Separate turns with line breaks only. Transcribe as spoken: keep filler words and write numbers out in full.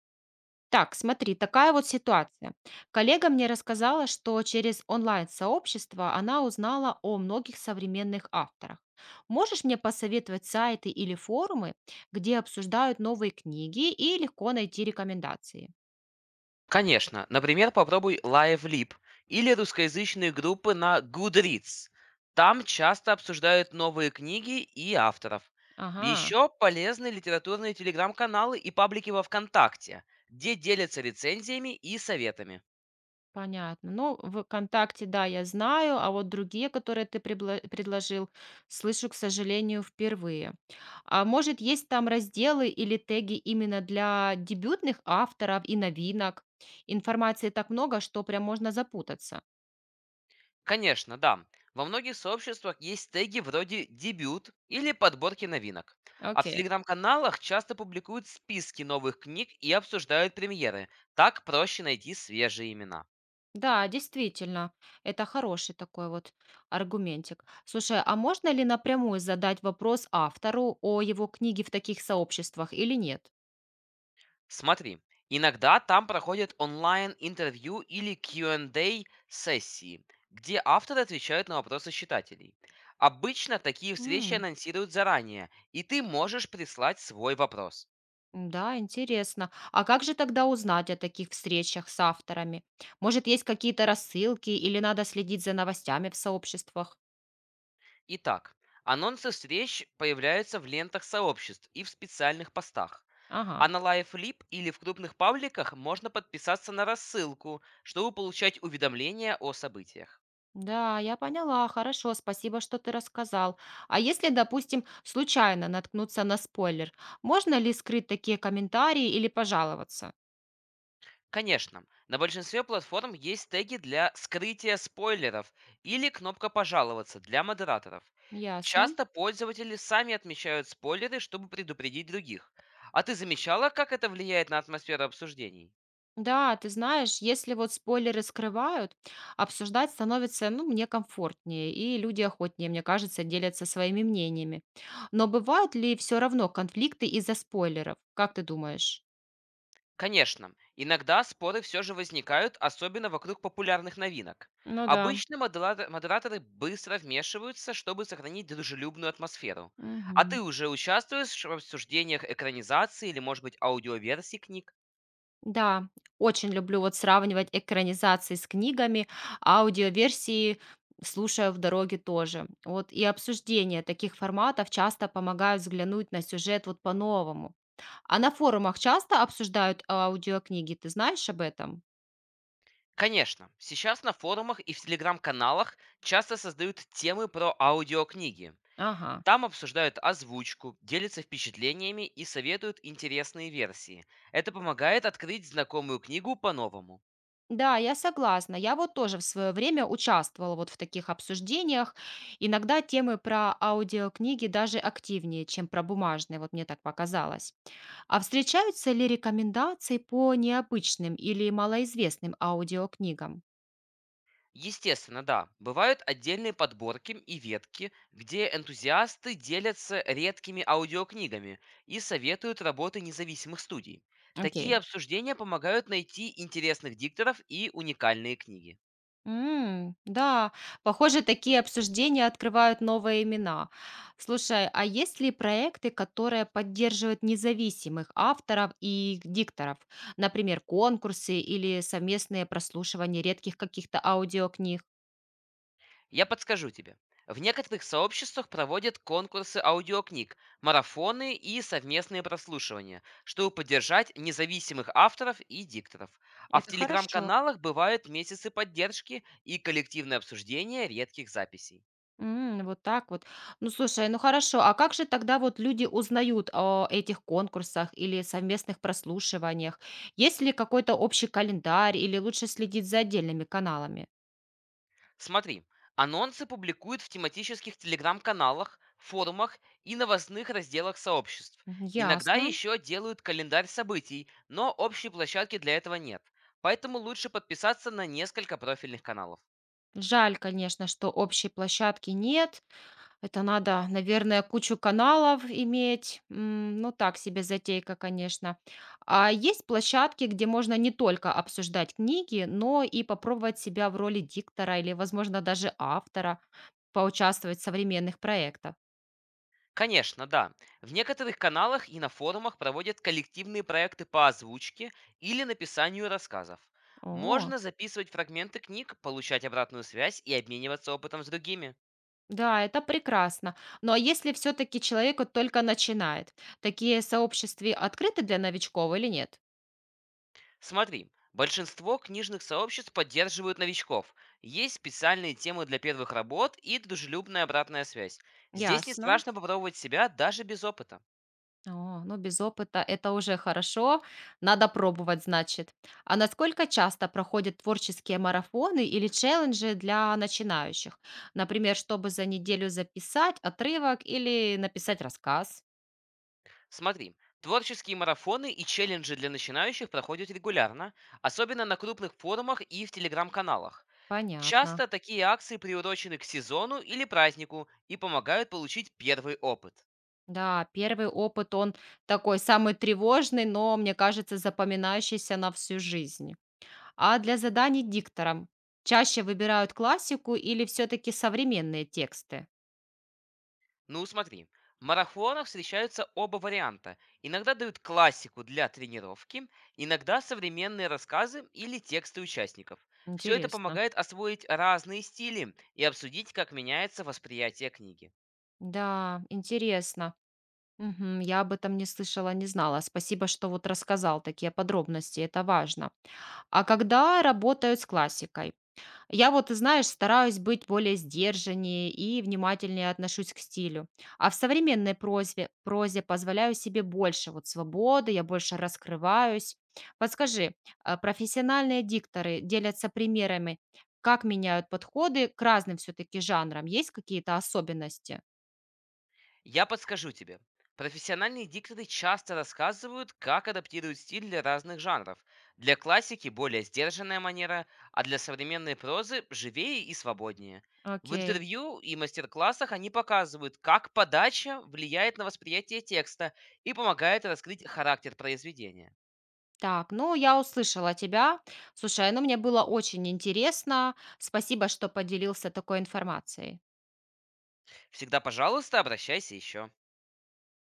Так, смотри, такая вот ситуация. Коллега мне рассказала, что через онлайн-сообщество она узнала о многих современных авторах. Можешь мне посоветовать сайты или форумы, где обсуждают новые книги и легко найти рекомендации?
Конечно, например, попробуй LiveLib или русскоязычные группы на Goodreads. Там часто обсуждают новые книги и авторов.
Ага.
Еще полезны литературные телеграм-каналы и паблики во ВКонтакте, где делятся рецензиями и советами.
Понятно. Ну, в "ВКонтакте", да, я знаю, а вот другие, которые ты предло предложил, слышу, к сожалению, впервые. А может, есть там разделы или теги именно для дебютных авторов и новинок? Информации так много, что прям можно запутаться.
Конечно, да, во многих сообществах есть теги вроде «дебют» или «подборки новинок». А в
Окей.
телеграм-каналах часто публикуют списки новых книг и обсуждают премьеры. Так проще найти свежие имена.
Да, действительно, это хороший такой вот аргументик. Слушай, а можно ли напрямую задать вопрос автору о его книге в таких сообществах или нет?
Смотри, иногда там проходят онлайн-интервью или Q&A-сессии, где авторы отвечают на вопросы читателей. Обычно такие встречи анонсируют заранее, и ты можешь прислать свой вопрос.
Да, интересно. А как же тогда узнать о таких встречах с авторами? Может, есть какие-то рассылки или надо следить за новостями в сообществах?
Итак, анонсы встреч появляются в лентах сообществ и в специальных постах. А
Ага.
на LiveLib или в крупных пабликах можно подписаться на рассылку, чтобы получать уведомления о событиях.
Да, я поняла. Хорошо, спасибо, что ты рассказал. А если, допустим, случайно наткнуться на спойлер, можно ли скрыть такие комментарии или пожаловаться?
Конечно, на большинстве платформ есть теги для скрытия спойлеров или кнопка «Пожаловаться» для модераторов.
Ясно.
Часто пользователи сами отмечают спойлеры, чтобы предупредить других. А ты замечала, как это влияет на атмосферу обсуждений?
Да, ты знаешь, если вот спойлеры скрывают, обсуждать становится, ну, мне комфортнее, и люди охотнее, мне кажется, делятся своими мнениями. Но бывают ли все равно конфликты из-за спойлеров? Как ты думаешь?
Конечно, иногда споры все же возникают, особенно вокруг популярных новинок.
Ну да.
Обычно модера- модераторы быстро вмешиваются, чтобы сохранить дружелюбную атмосферу. А
Мгм.
ты уже участвуешь в обсуждениях экранизации или, может быть, аудиоверсий книг?
Да, очень люблю вот сравнивать экранизации с книгами, аудиоверсии слушаю в дороге тоже. Вот и обсуждения таких форматов часто помогают взглянуть на сюжет вот по-новому. А на форумах часто обсуждают аудиокниги, ты знаешь об этом?
Конечно, сейчас на форумах и в телеграм-каналах часто создают темы про аудиокниги.
Ага.
Там обсуждают озвучку, делятся впечатлениями и советуют интересные версии. Это помогает открыть знакомую книгу по-новому.
Да, я согласна. Я вот тоже в свое время участвовала вот в таких обсуждениях. Иногда темы про аудиокниги даже активнее, чем про бумажные, вот мне так показалось. А встречаются ли рекомендации по необычным или малоизвестным аудиокнигам?
Естественно, да, бывают отдельные подборки и ветки, где энтузиасты делятся редкими аудиокнигами и советуют работы независимых студий.
Окей.
Такие обсуждения помогают найти интересных дикторов и уникальные книги.
М, да, похоже, такие обсуждения открывают новые имена. Слушай, а есть ли проекты, которые поддерживают независимых авторов и дикторов? Например, конкурсы или совместные прослушивания редких каких-то аудиокниг?
Я подскажу тебе. В некоторых сообществах проводят конкурсы аудиокниг, марафоны и совместные прослушивания, чтобы поддержать независимых авторов и дикторов. А в
Это хорошо.
телеграм-каналах бывают месяцы поддержки и коллективное обсуждение редких записей.
М, вот так вот. Ну, слушай, ну хорошо, а как же тогда вот люди узнают о этих конкурсах или совместных прослушиваниях? Есть ли какой-то общий календарь или лучше следить за отдельными каналами?
Смотри, анонсы публикуют в тематических телеграм-каналах, форумах и новостных разделах сообществ.
Мгм.
Иногда
Ясно.
еще делают календарь событий, но общей площадки для этого нет. Поэтому лучше подписаться на несколько профильных каналов.
Жаль, конечно, что общей площадки нет. Это надо, наверное, кучу каналов иметь. М. Ну, так себе затейка, конечно. А есть площадки, где можно не только обсуждать книги, но и попробовать себя в роли диктора или, возможно, даже автора, поучаствовать в современных проектах.
Конечно, да. В некоторых каналах и на форумах проводят коллективные проекты по озвучке или написанию рассказов.
О,
Можно записывать фрагменты книг, получать обратную связь и обмениваться опытом с другими.
да, это прекрасно. Но если все-таки человек вот только начинает, такие сообщества открыты для новичков или нет?
Смотри, большинство книжных сообществ поддерживают новичков. Есть специальные темы для первых работ и дружелюбная обратная связь. Здесь не
Ясно.
страшно попробовать себя даже без опыта.
О, ну без опыта это уже хорошо. Надо пробовать, значит. А насколько часто проходят творческие марафоны или челленджи для начинающих? Например, чтобы за неделю записать отрывок или написать рассказ?
Смотри, творческие марафоны и челленджи для начинающих проходят регулярно, особенно на крупных форумах и в телеграм-каналах.
Понятно.
Часто такие акции приурочены к сезону или празднику и помогают получить первый опыт.
Да, первый опыт, он такой самый тревожный, но, мне кажется, запоминающийся на всю жизнь. А для заданий дикторам чаще выбирают классику или все-таки современные тексты?
Ну смотри, в марафонах встречаются оба варианта. Иногда дают классику для тренировки, иногда современные рассказы или тексты участников. Все это
Интересно.
помогает освоить разные стили и обсудить, как меняется восприятие книги.
Да, интересно. Мгм. Я об этом не слышала, не знала. Спасибо, что вот рассказал такие подробности, это важно. А когда работаю с классикой? Я вот, ты знаешь, стараюсь быть более сдержаннее и внимательнее отношусь к стилю. А в современной прозе, прозе позволяю себе больше вот свободы, я больше раскрываюсь. Подскажи, а профессиональные дикторы делятся примерами, как меняют подходы к разным все-таки жанрам? Есть какие-то особенности?
Я подскажу тебе. Профессиональные дикторы часто рассказывают, как адаптируют стиль для разных жанров. Для классики более сдержанная манера, а для современной прозы живее и свободнее. В
Окей.
интервью и мастер-классах они показывают, как подача влияет на восприятие текста и помогает раскрыть характер произведения.
Так, ну я услышала тебя. Слушай, ну мне было очень интересно. Спасибо, что поделился такой информацией.
Всегда, пожалуйста, обращайся еще.